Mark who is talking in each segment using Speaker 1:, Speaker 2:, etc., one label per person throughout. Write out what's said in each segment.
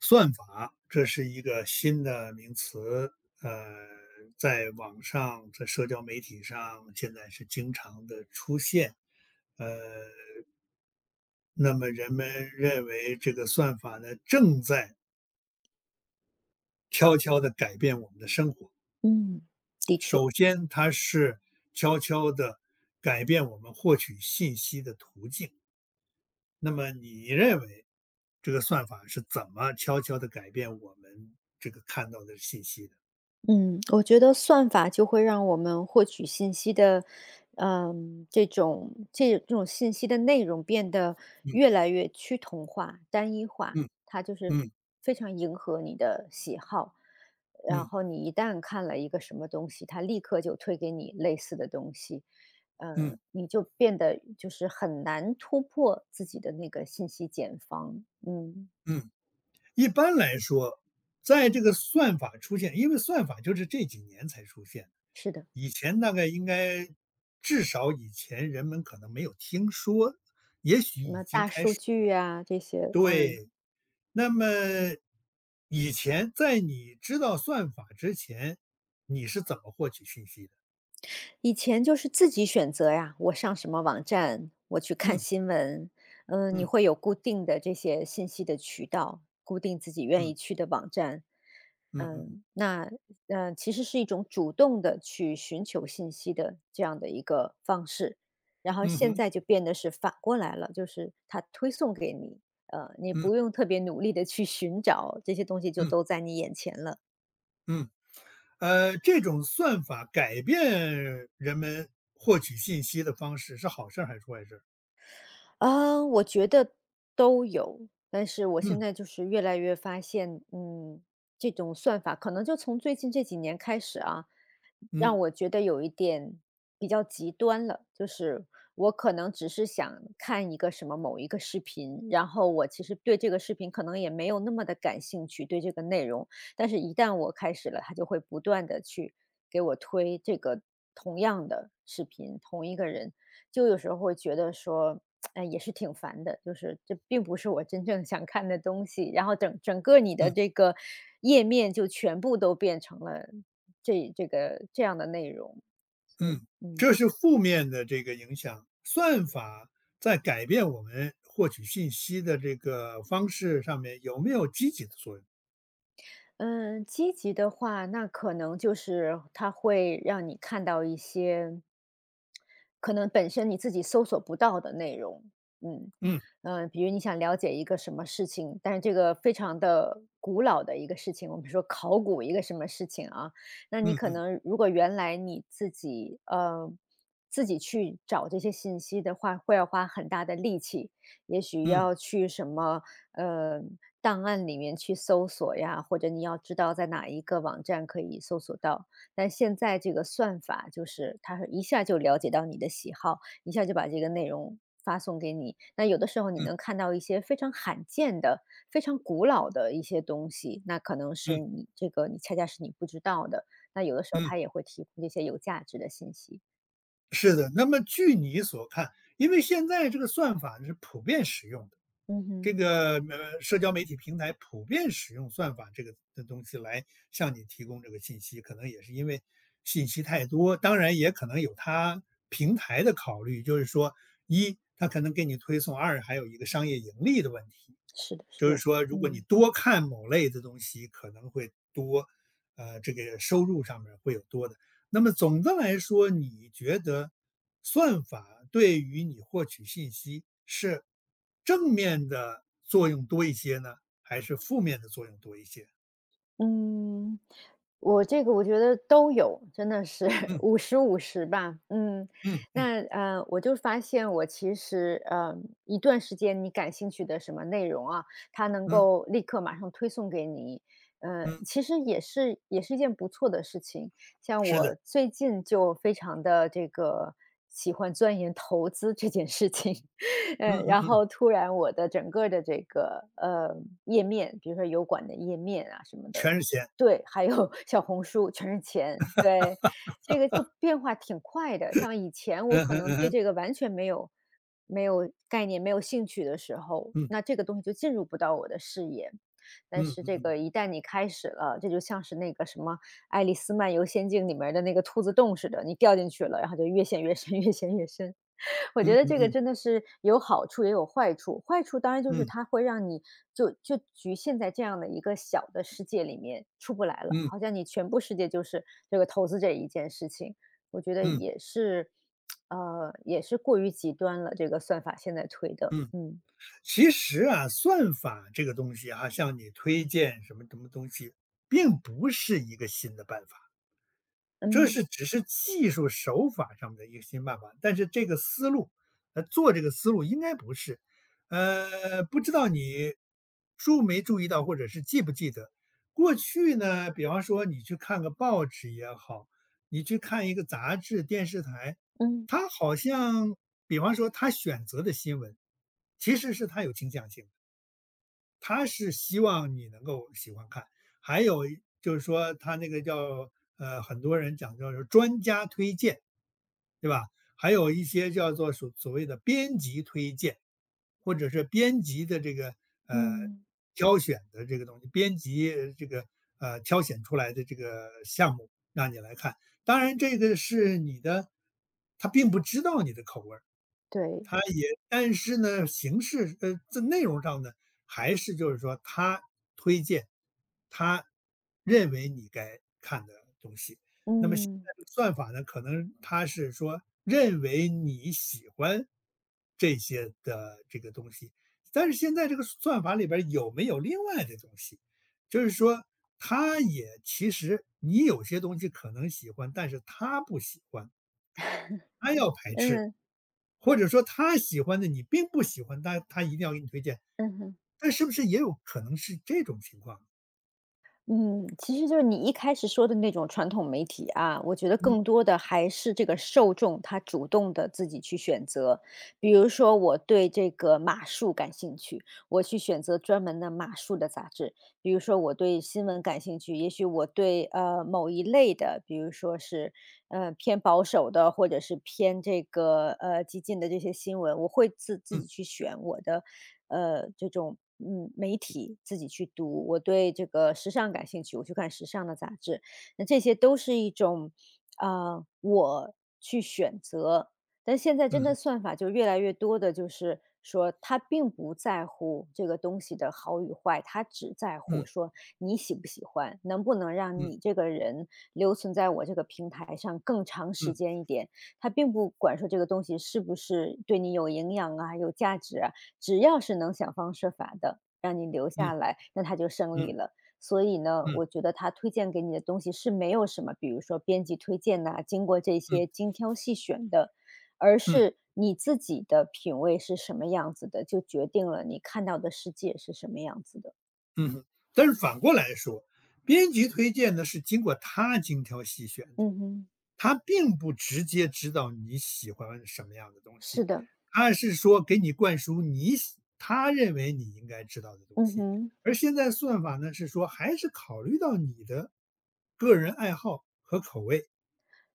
Speaker 1: 算法，这是一个新的名词，呃，在网上、在社交媒体上，现在是经常的出现。呃，那么人们认为这个算法呢，正在悄悄地改变我们的生活。
Speaker 2: 嗯，的确，
Speaker 1: 首先，它是悄悄地改变我们获取信息的途径。那么，你认为这个算法是怎么悄悄地改变我们这个看到的信息的？
Speaker 2: 嗯，我觉得算法就会让我们获取信息的，这种这种信息的内容变得越
Speaker 1: 嗯
Speaker 2: 来越趋同化、单一化，
Speaker 1: 嗯
Speaker 2: 它就是
Speaker 1: 嗯。
Speaker 2: 非常迎合你的喜好。然
Speaker 1: 嗯
Speaker 2: 后你一旦看了一个什么东西，它立刻就推给你类似的东西，
Speaker 1: 嗯
Speaker 2: 你就变得就是很难突破自己的那个信息茧房。嗯，
Speaker 1: 嗯，一般来说，在这个算法出现，因为算法就是这几年才出现的，
Speaker 2: 是的。
Speaker 1: 以前大概应该至少以前人们可能没有听说，也许
Speaker 2: 什
Speaker 1: 已
Speaker 2: 么
Speaker 1: 经
Speaker 2: 大
Speaker 1: 开
Speaker 2: 数
Speaker 1: 始
Speaker 2: 据
Speaker 1: 了。
Speaker 2: 呀，这些，嗯，
Speaker 1: 对，那么以前在你知道算法之前，你是怎么获取信息的？
Speaker 2: 以前就是自己选择呀，我上什么网站，我去看
Speaker 1: 嗯
Speaker 2: 新闻，嗯，你
Speaker 1: 嗯
Speaker 2: 会有固定的这些信息的渠道，固定自己愿
Speaker 1: 嗯
Speaker 2: 意去的网站，
Speaker 1: 嗯嗯
Speaker 2: 嗯，那其实是一种主动的去寻求信息的这样的一个方式，然后
Speaker 1: 嗯
Speaker 2: 现
Speaker 1: 哼
Speaker 2: 在就变得是反过来了，就是它推送给你，你
Speaker 1: 嗯
Speaker 2: 不用特别努力的去寻找，这些东西就
Speaker 1: 嗯
Speaker 2: 都在你眼前了。
Speaker 1: 嗯。这种算法改变人们获取信息的方式是好事儿还是坏事儿？
Speaker 2: 啊，我觉得都有，但是我现
Speaker 1: 嗯。
Speaker 2: 在就是越来越发现，这种算法可能就从最近这几年开始啊，
Speaker 1: 嗯
Speaker 2: 让我觉得有一点比较极端了。就是我可能只是想看一个什么某一个视频，然后我其实对这个视频可能也没有那么的感兴趣，对这个内容，但是一旦我开始了，它就会不断的去给我推这个同样的视频，同一个人。就有时候会觉得说，也是挺烦的，就是这并不是我真正想看的东西，然后整个你的
Speaker 1: 嗯
Speaker 2: 这个页面就全部都变成了这个这样的内容，所以
Speaker 1: 嗯，
Speaker 2: 嗯。
Speaker 1: 这是负面的这个影响。算法在改变我们获取信息的这个方式上面有没有积极的作用？
Speaker 2: 嗯，积极的话，那可能就是它会让你看到一些可能本身你自己搜索不到的内容。嗯
Speaker 1: 嗯
Speaker 2: 嗯，比如你想了解一个什么事情，但是这个非常的古老的一个事情，我们说考古一个什么事情啊，那你
Speaker 1: 嗯
Speaker 2: 可
Speaker 1: 嗯
Speaker 2: 能如果原来你自己自己去找这些信息的话，会要花很大的力气，也许
Speaker 1: 嗯
Speaker 2: 要去什么呃档案里面去搜索呀，或者你要知道在哪一个网站可以搜索到。但现在这个算法就是它是一下就了解到你的喜好，一下就把这个内容发送给你。那有的时候你
Speaker 1: 嗯
Speaker 2: 能看到一些非常罕见的、非常古老的一些东西，那可能是
Speaker 1: 嗯
Speaker 2: 你这个你恰恰是你不知道的。那有的时候
Speaker 1: 嗯。
Speaker 2: 它也会提供这些有价值的信息。
Speaker 1: 是的，那么据你所看，因为现在这个算法是普遍使用的，
Speaker 2: 嗯
Speaker 1: 这
Speaker 2: 哼，
Speaker 1: 个社交媒体平台普遍使用算法这个的东西来向你提供这个信息，可能也是因为信息太多，当然也可能有它平台的考虑，就是说一它可能给你推送，二还有一个商业盈利的问题，
Speaker 2: 是的，是
Speaker 1: 就是
Speaker 2: 的，
Speaker 1: 说如果你
Speaker 2: 嗯。
Speaker 1: 多看某类的东西，可能会多这个收入上面会有多的。那么总的来说，你觉得算法对于你获取信息是正面的作用多一些呢，还是负面的作用多一些？
Speaker 2: 嗯，我这个我觉得都有，真的是
Speaker 1: 嗯
Speaker 2: 50 50 吧。嗯，
Speaker 1: 嗯嗯
Speaker 2: 那我就发现我其实一段时间你感兴趣的什么内容啊，它能
Speaker 1: 嗯
Speaker 2: 够立刻马上推送给你，
Speaker 1: 嗯，
Speaker 2: 其实也是一件不错的事情。像
Speaker 1: 是的，
Speaker 2: 我最近就非常的这个喜欢钻研投资这件事情，
Speaker 1: 嗯嗯
Speaker 2: 然
Speaker 1: 嗯，
Speaker 2: 后突然我的整个的这个，页面，比如说油管的页面啊什么的，
Speaker 1: 全是钱。
Speaker 2: 对，还有 小红书全是钱，对，这个就变化挺快的。像以前我
Speaker 1: 嗯
Speaker 2: 可
Speaker 1: 哼
Speaker 2: 能
Speaker 1: 嗯
Speaker 2: 对
Speaker 1: 哼，
Speaker 2: 这个完全没有概念、没有兴趣的时候，
Speaker 1: 嗯
Speaker 2: 那这个东西就进入不到我的视野。但
Speaker 1: 嗯
Speaker 2: 是这
Speaker 1: 嗯
Speaker 2: 个一旦你开始了，这就像是那个什么《爱丽丝漫游仙境》里面的那个兔子洞似的，你掉进去了，然后就越陷越深，越陷越深。我
Speaker 1: 嗯
Speaker 2: 觉得
Speaker 1: 嗯
Speaker 2: 这个
Speaker 1: 嗯
Speaker 2: 真的是有好处也有坏处。坏处当然就是
Speaker 1: 嗯
Speaker 2: 它会让你就局限在这样的一个小的世界里面出不来了，
Speaker 1: 嗯嗯
Speaker 2: 好像你全部世界就是这个投资这一件事情，我觉得
Speaker 1: 嗯，
Speaker 2: 也是，也是过于极端了。这个算法现在推的，
Speaker 1: 嗯
Speaker 2: 嗯。
Speaker 1: 其实啊，算法这个东西啊，向你推荐什么什么东西，并不是一个新的办法。这
Speaker 2: 嗯
Speaker 1: 是只是技术手法上面的一个新办法，但是这个思路，做这个思路应该不是。不知道你注没注意到，或者是记不记得，过去呢，比方说你去看个报纸也好，你去看一个杂志、电视台，
Speaker 2: 嗯
Speaker 1: 它好像，比方说它选择的新闻，其实是它有倾向性的。他是希望你能够喜欢看。还有一就是说他那个叫很多人讲叫是专家推荐，对吧？还有一些叫做所谓的编辑推荐，或者是编辑的这个呃
Speaker 2: 嗯，
Speaker 1: 挑选的这个东西，编辑这个挑选出来的这个项目让你来看。当然，这个是你的，他并不知道你的口味儿，
Speaker 2: 对。
Speaker 1: 他但是呢，形式这内容上呢，还是就是说他推荐，他认为你该看的东西。那么现
Speaker 2: 嗯
Speaker 1: 在的算法呢，可能他是说认为你喜欢这些的这个东西，但是现在这个算法里边儿有没有另外的东西？就是说，他也其实你有些东西可能喜欢，但是他不喜欢，他要排
Speaker 2: 嗯
Speaker 1: 斥。
Speaker 2: 嗯
Speaker 1: 或者说他喜欢的你并不喜欢，他一定要给你推荐，
Speaker 2: 嗯哼。
Speaker 1: 但是不是也有可能是这种情况？
Speaker 2: 嗯，其实就是你一开始说的那种传统媒体啊，我觉得更多的还是这个受众他主动的自己去选择。比如说，我对这个马术感兴趣，我去选择专门的马术的杂志；比如说我对新闻感兴趣，也许我对某一类的，比如说是偏保守的，或者是偏这个激进的这些新闻，我会自自
Speaker 1: 嗯
Speaker 2: 己去选我的这种媒体自己去读。我对这个时尚感兴趣，我去看时尚的杂志。那这些都是一种啊、我去选择。但现在真
Speaker 1: 嗯
Speaker 2: 的算法就越来越多的，就是说他并不在乎这个东西的好与坏，他只在乎
Speaker 1: 嗯
Speaker 2: 说你喜不喜欢，能不能让
Speaker 1: 嗯
Speaker 2: 你这个人留存在我这个平台上更长
Speaker 1: 嗯
Speaker 2: 时间一点。他并不管说这个东西是不是对你有营养啊、有价值啊，只要是能想方设法的让你留下
Speaker 1: 嗯
Speaker 2: 来，那他就胜
Speaker 1: 嗯嗯
Speaker 2: 利了。所以呢，
Speaker 1: 嗯
Speaker 2: 我觉得他推荐给你的东西是没有什么，比如说编辑推荐呐、经过这
Speaker 1: 嗯
Speaker 2: 些精挑细选的，而
Speaker 1: 嗯。
Speaker 2: 是你自己的品味是什么样子的，就决定了你看到的世界是什么样子的。
Speaker 1: 嗯，但是反过来说，编辑推荐呢是经过他精挑细选的。
Speaker 2: 嗯哼，
Speaker 1: 他并不直接知道你喜欢什么样的东
Speaker 2: 是
Speaker 1: 西，
Speaker 2: 的，
Speaker 1: 他是说给你灌输他认为你应该知道的东
Speaker 2: 嗯
Speaker 1: 西。
Speaker 2: 哼，
Speaker 1: 而现在算法呢，是说还是考虑到你的个人爱好和口味，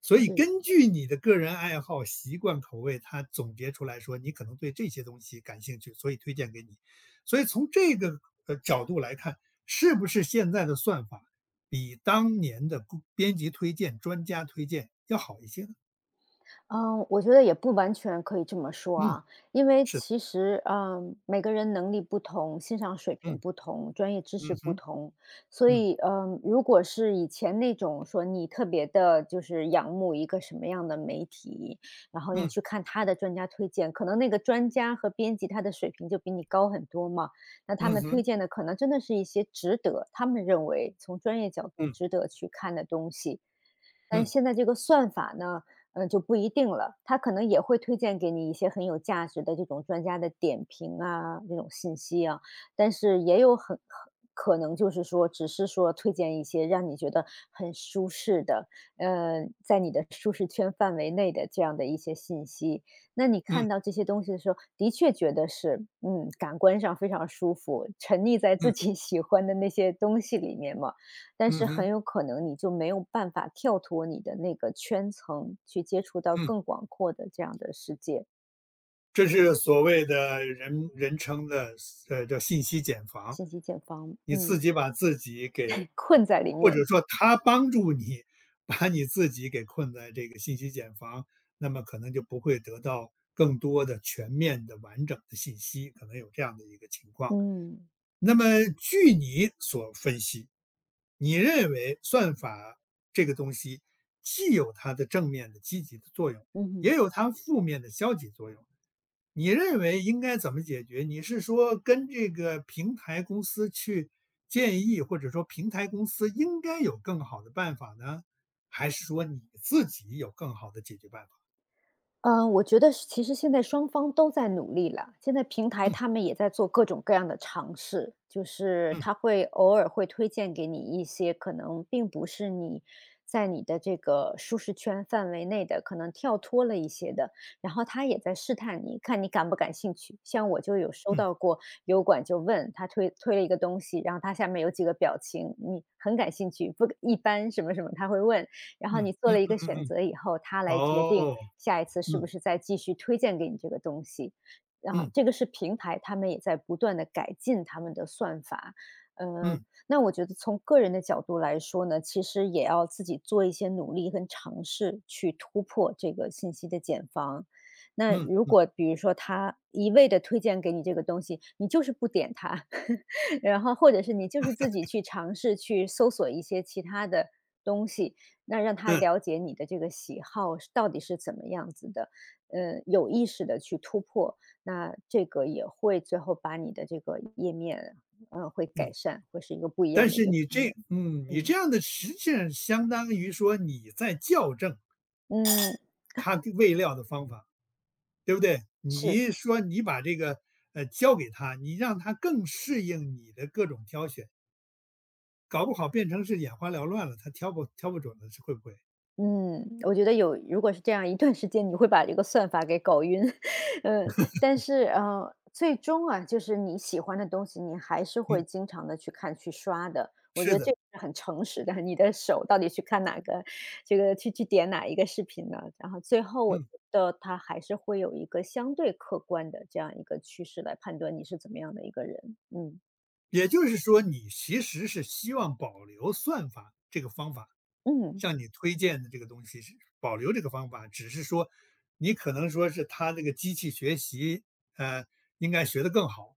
Speaker 1: 所以
Speaker 2: 是。
Speaker 1: 根据你的个人爱好、习惯、口味，他总结出来说你可能对这些东西感兴趣，所以推荐给你。所以从这个角度来看，是不是现在的算法比当年的编辑推荐、专家推荐要好一些
Speaker 2: 嗯，我觉得也不完全可以这么
Speaker 1: 呢？
Speaker 2: 说
Speaker 1: 嗯，
Speaker 2: 啊，因为
Speaker 1: 是的，
Speaker 2: 其实，每个人能力不同，欣赏水平
Speaker 1: 嗯，
Speaker 2: 不同，专业知
Speaker 1: 嗯
Speaker 2: 识不
Speaker 1: 哼，
Speaker 2: 同，所
Speaker 1: 嗯，
Speaker 2: 以，如果是以前那种说你特别的，就是仰慕一个什么样的媒体，然后你
Speaker 1: 嗯，
Speaker 2: 去看他的专家推荐，可能那个专家和编辑他的水平就比你高很多嘛，那他
Speaker 1: 嗯
Speaker 2: 们推
Speaker 1: 哼，
Speaker 2: 荐的可能真的是一些值得，他们认为从专业角度
Speaker 1: 嗯，
Speaker 2: 值得去看的东西，但
Speaker 1: 嗯，
Speaker 2: 现在这个算法呢，就不一定了，它可能也会推荐给你一些很有价值的这种专家的点评啊，这种信息啊，但是也有很可能就是说，只是说推荐一些让你觉得很舒适的，在你的舒适圈范围内的这样的一些信息。那你
Speaker 1: 嗯，
Speaker 2: 看到这些东西的时候，的确觉得是，感官上非常舒服，沉溺在
Speaker 1: 嗯，
Speaker 2: 自己喜欢的那些东西里面嘛。但
Speaker 1: 嗯
Speaker 2: 是很
Speaker 1: 哼，
Speaker 2: 有可能你就没有办法跳脱你的那个圈层，去接触到
Speaker 1: 嗯，
Speaker 2: 更广阔的这样的世界，
Speaker 1: 这是所谓的人人称的，叫信息茧房。
Speaker 2: 信息茧房，
Speaker 1: 你自
Speaker 2: 嗯，
Speaker 1: 己把自己给
Speaker 2: 困在里
Speaker 1: 或者
Speaker 2: 面，
Speaker 1: 说他帮助你把你自己给困在这个信息茧房，那么可能就不会得到更多的全面的完整的信息，可能有这样的一个情况。
Speaker 2: 嗯，
Speaker 1: 那么据你所分析，你认为算法这个东西既有它的正面的积极的作用，
Speaker 2: 嗯哼。
Speaker 1: 也有它负面的消极作用。你认为应该怎么解决？你是说跟这个平台公司去建议，或者说平台公司应该有更好的办法呢，还是说你自己有更好的解决办法？
Speaker 2: 嗯，我觉得是其实现在双方都在努力了。现在平台他
Speaker 1: 嗯
Speaker 2: 们也在做各种各样的尝试，就是他
Speaker 1: 嗯
Speaker 2: 会偶尔会推荐给你一些可能并不是你在你的这个舒适圈范围内的，可能跳脱了一些的，然后他也在试探你，看你感不感兴趣。像我就有收
Speaker 1: 嗯
Speaker 2: 到过油管就问他推了一个东西，然后他下面有几个表情，你很感兴趣，不一般什么什么他会问，然后
Speaker 1: 嗯
Speaker 2: 你做
Speaker 1: 嗯
Speaker 2: 了一
Speaker 1: 嗯
Speaker 2: 个
Speaker 1: 嗯
Speaker 2: 选
Speaker 1: 嗯，
Speaker 2: 择以后，他来决定
Speaker 1: 哦，
Speaker 2: 下一次是不
Speaker 1: 嗯
Speaker 2: 是再继续推荐给你这个东西。啊，
Speaker 1: 嗯
Speaker 2: 这个是平台，他们也在不断的改进他们的算法。
Speaker 1: 嗯
Speaker 2: 嗯，
Speaker 1: 嗯
Speaker 2: 那我觉得从个人的角度来说呢，其实也要自己做一些努力跟尝试，去突破这个信息的茧房。那
Speaker 1: 嗯
Speaker 2: 如
Speaker 1: 嗯
Speaker 2: 果比如说他一味的推荐给你这个东西，你就是不点它，然后或者是你就是自己去尝试去搜索一些其他的东西，那让他了解你的这个喜好是到底是怎么样子的，有意识的去突破，那这个也会最后把你的这个页面，会改
Speaker 1: 嗯。
Speaker 2: 善，会是一个不一
Speaker 1: 但
Speaker 2: 样的一
Speaker 1: 是
Speaker 2: 个平面。
Speaker 1: 你这
Speaker 2: 嗯，
Speaker 1: 样的实际上相当于说你在校正
Speaker 2: 嗯，
Speaker 1: 他的喂料的方法，对不对？
Speaker 2: 是。
Speaker 1: 你说你把这个交给他，你让他更适应你的各种挑选，搞不好变成是眼花缭乱了，他挑不准了，是会不会？
Speaker 2: 嗯，我觉得有如果是这样一段时间，你会把这个算法给搞晕。嗯，但是，最终啊，就是你喜欢的东西，你还是
Speaker 1: 嗯，
Speaker 2: 会经常的去看、去刷的。我觉
Speaker 1: 是
Speaker 2: 得
Speaker 1: 的，
Speaker 2: 这个是很诚实的，你的手到底去看哪个这个去点哪一个视频呢？然后最后我觉
Speaker 1: 嗯。
Speaker 2: 得它还是会有一个相对客观的这样一个趋势来判断你是怎么样的一个人。嗯，
Speaker 1: 也就是说，你其实是希望保留算法这个方法，
Speaker 2: 嗯，
Speaker 1: 向你推荐的这个东西是保留这个方法，只是说你可能说是它这个机器学习，呃，应该学得更好，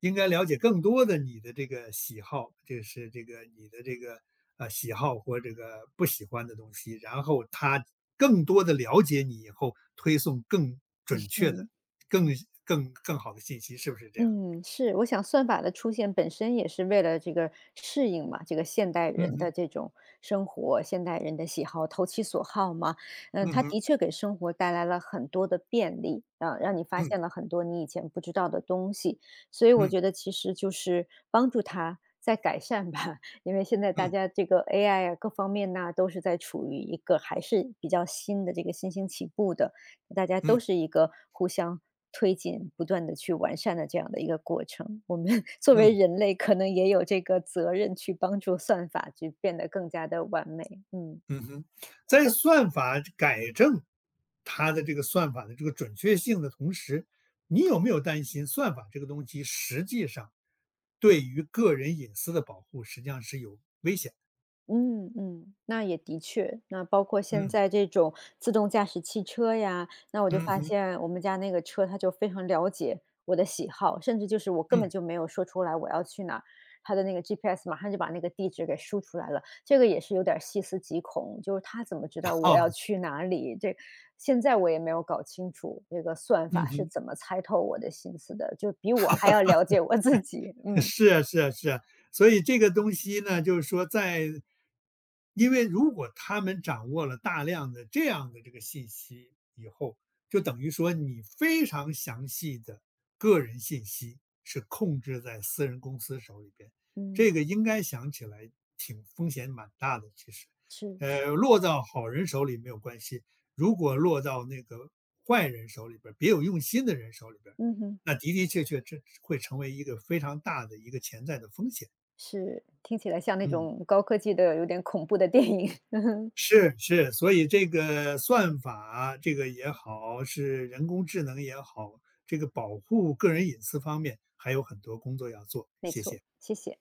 Speaker 1: 应该了解更多的你的这个喜好，这是这个你的这个喜好或这个不喜欢的东西，然后它更多的了解你以后，推送更准确的、
Speaker 2: 嗯。
Speaker 1: 更更好的信息，是不是这样？
Speaker 2: 嗯，是，我想算法的出现本身也是为了这个适应嘛，这个现代
Speaker 1: 嗯
Speaker 2: 人的
Speaker 1: 哼，
Speaker 2: 这种生活，现代人的喜好，投其所好嘛。嗯，
Speaker 1: 嗯
Speaker 2: 它
Speaker 1: 哼，
Speaker 2: 的确给生活带来了很多的便利啊，让你发
Speaker 1: 嗯。
Speaker 2: 现了很多你以前不知道的东西。所以我
Speaker 1: 嗯
Speaker 2: 觉得其实就是帮助它在改善吧，因为现在大
Speaker 1: 嗯
Speaker 2: 家这个 AI 啊各方面呐、都是在处于一个还是比较新的这个新兴起步的，大家都
Speaker 1: 嗯
Speaker 2: 是一个互相推进、不断的去完善的这样的一个过程。我们 作为
Speaker 1: 嗯
Speaker 2: 人类可能也有这个责任去帮助算法去变得更加的完美，嗯。
Speaker 1: 嗯哼，在算法改正它的这个算法的这个准确性的同时，你有没有担心算法这个东西实际上对于个人隐私的保护实际上是有危险的？
Speaker 2: 嗯嗯，那也的确，那包括现
Speaker 1: 嗯
Speaker 2: 在这种自动驾驶汽车呀，那我就
Speaker 1: 嗯
Speaker 2: 发
Speaker 1: 哼
Speaker 2: 现我们家那个车，它就非常了解我的喜好，甚至就是我根本
Speaker 1: 嗯，
Speaker 2: 就没有说出来我要去哪儿，它的那个 GPS 马上就把那个地址给输出来了。这个也是有点儿细思极恐，就是它怎么知道我要
Speaker 1: 好
Speaker 2: 去哪里？这现在我也没有搞清楚这个算
Speaker 1: 嗯
Speaker 2: 法是
Speaker 1: 哼。
Speaker 2: 怎么猜透我的心思的，就比我还要了解我自己。嗯
Speaker 1: 是啊，是啊，是啊，所以这个东西呢，就是说在，因为如果他们掌握了大量的这样的这个信息以后，就等于说你非常详细的个人信息是控制在私人公司手里边，
Speaker 2: 嗯，
Speaker 1: 这个应该想起来挺风险蛮大的，其实，
Speaker 2: 是是，
Speaker 1: 落到好人手里没有关系，如果落到那个坏人手里边别有用心的人手里边，
Speaker 2: 嗯哼。
Speaker 1: 那的的确确这会成为一个非常大的一个潜在的风险。
Speaker 2: 是，听起来像那
Speaker 1: 嗯。
Speaker 2: 种高科技的有点恐怖的电影。
Speaker 1: 是是，所以这个算法这个也好，是人工智能也好，这个保护个人隐私方面还有很多工作要做，
Speaker 2: 没
Speaker 1: 谢
Speaker 2: 错，
Speaker 1: 谢。
Speaker 2: 谢谢。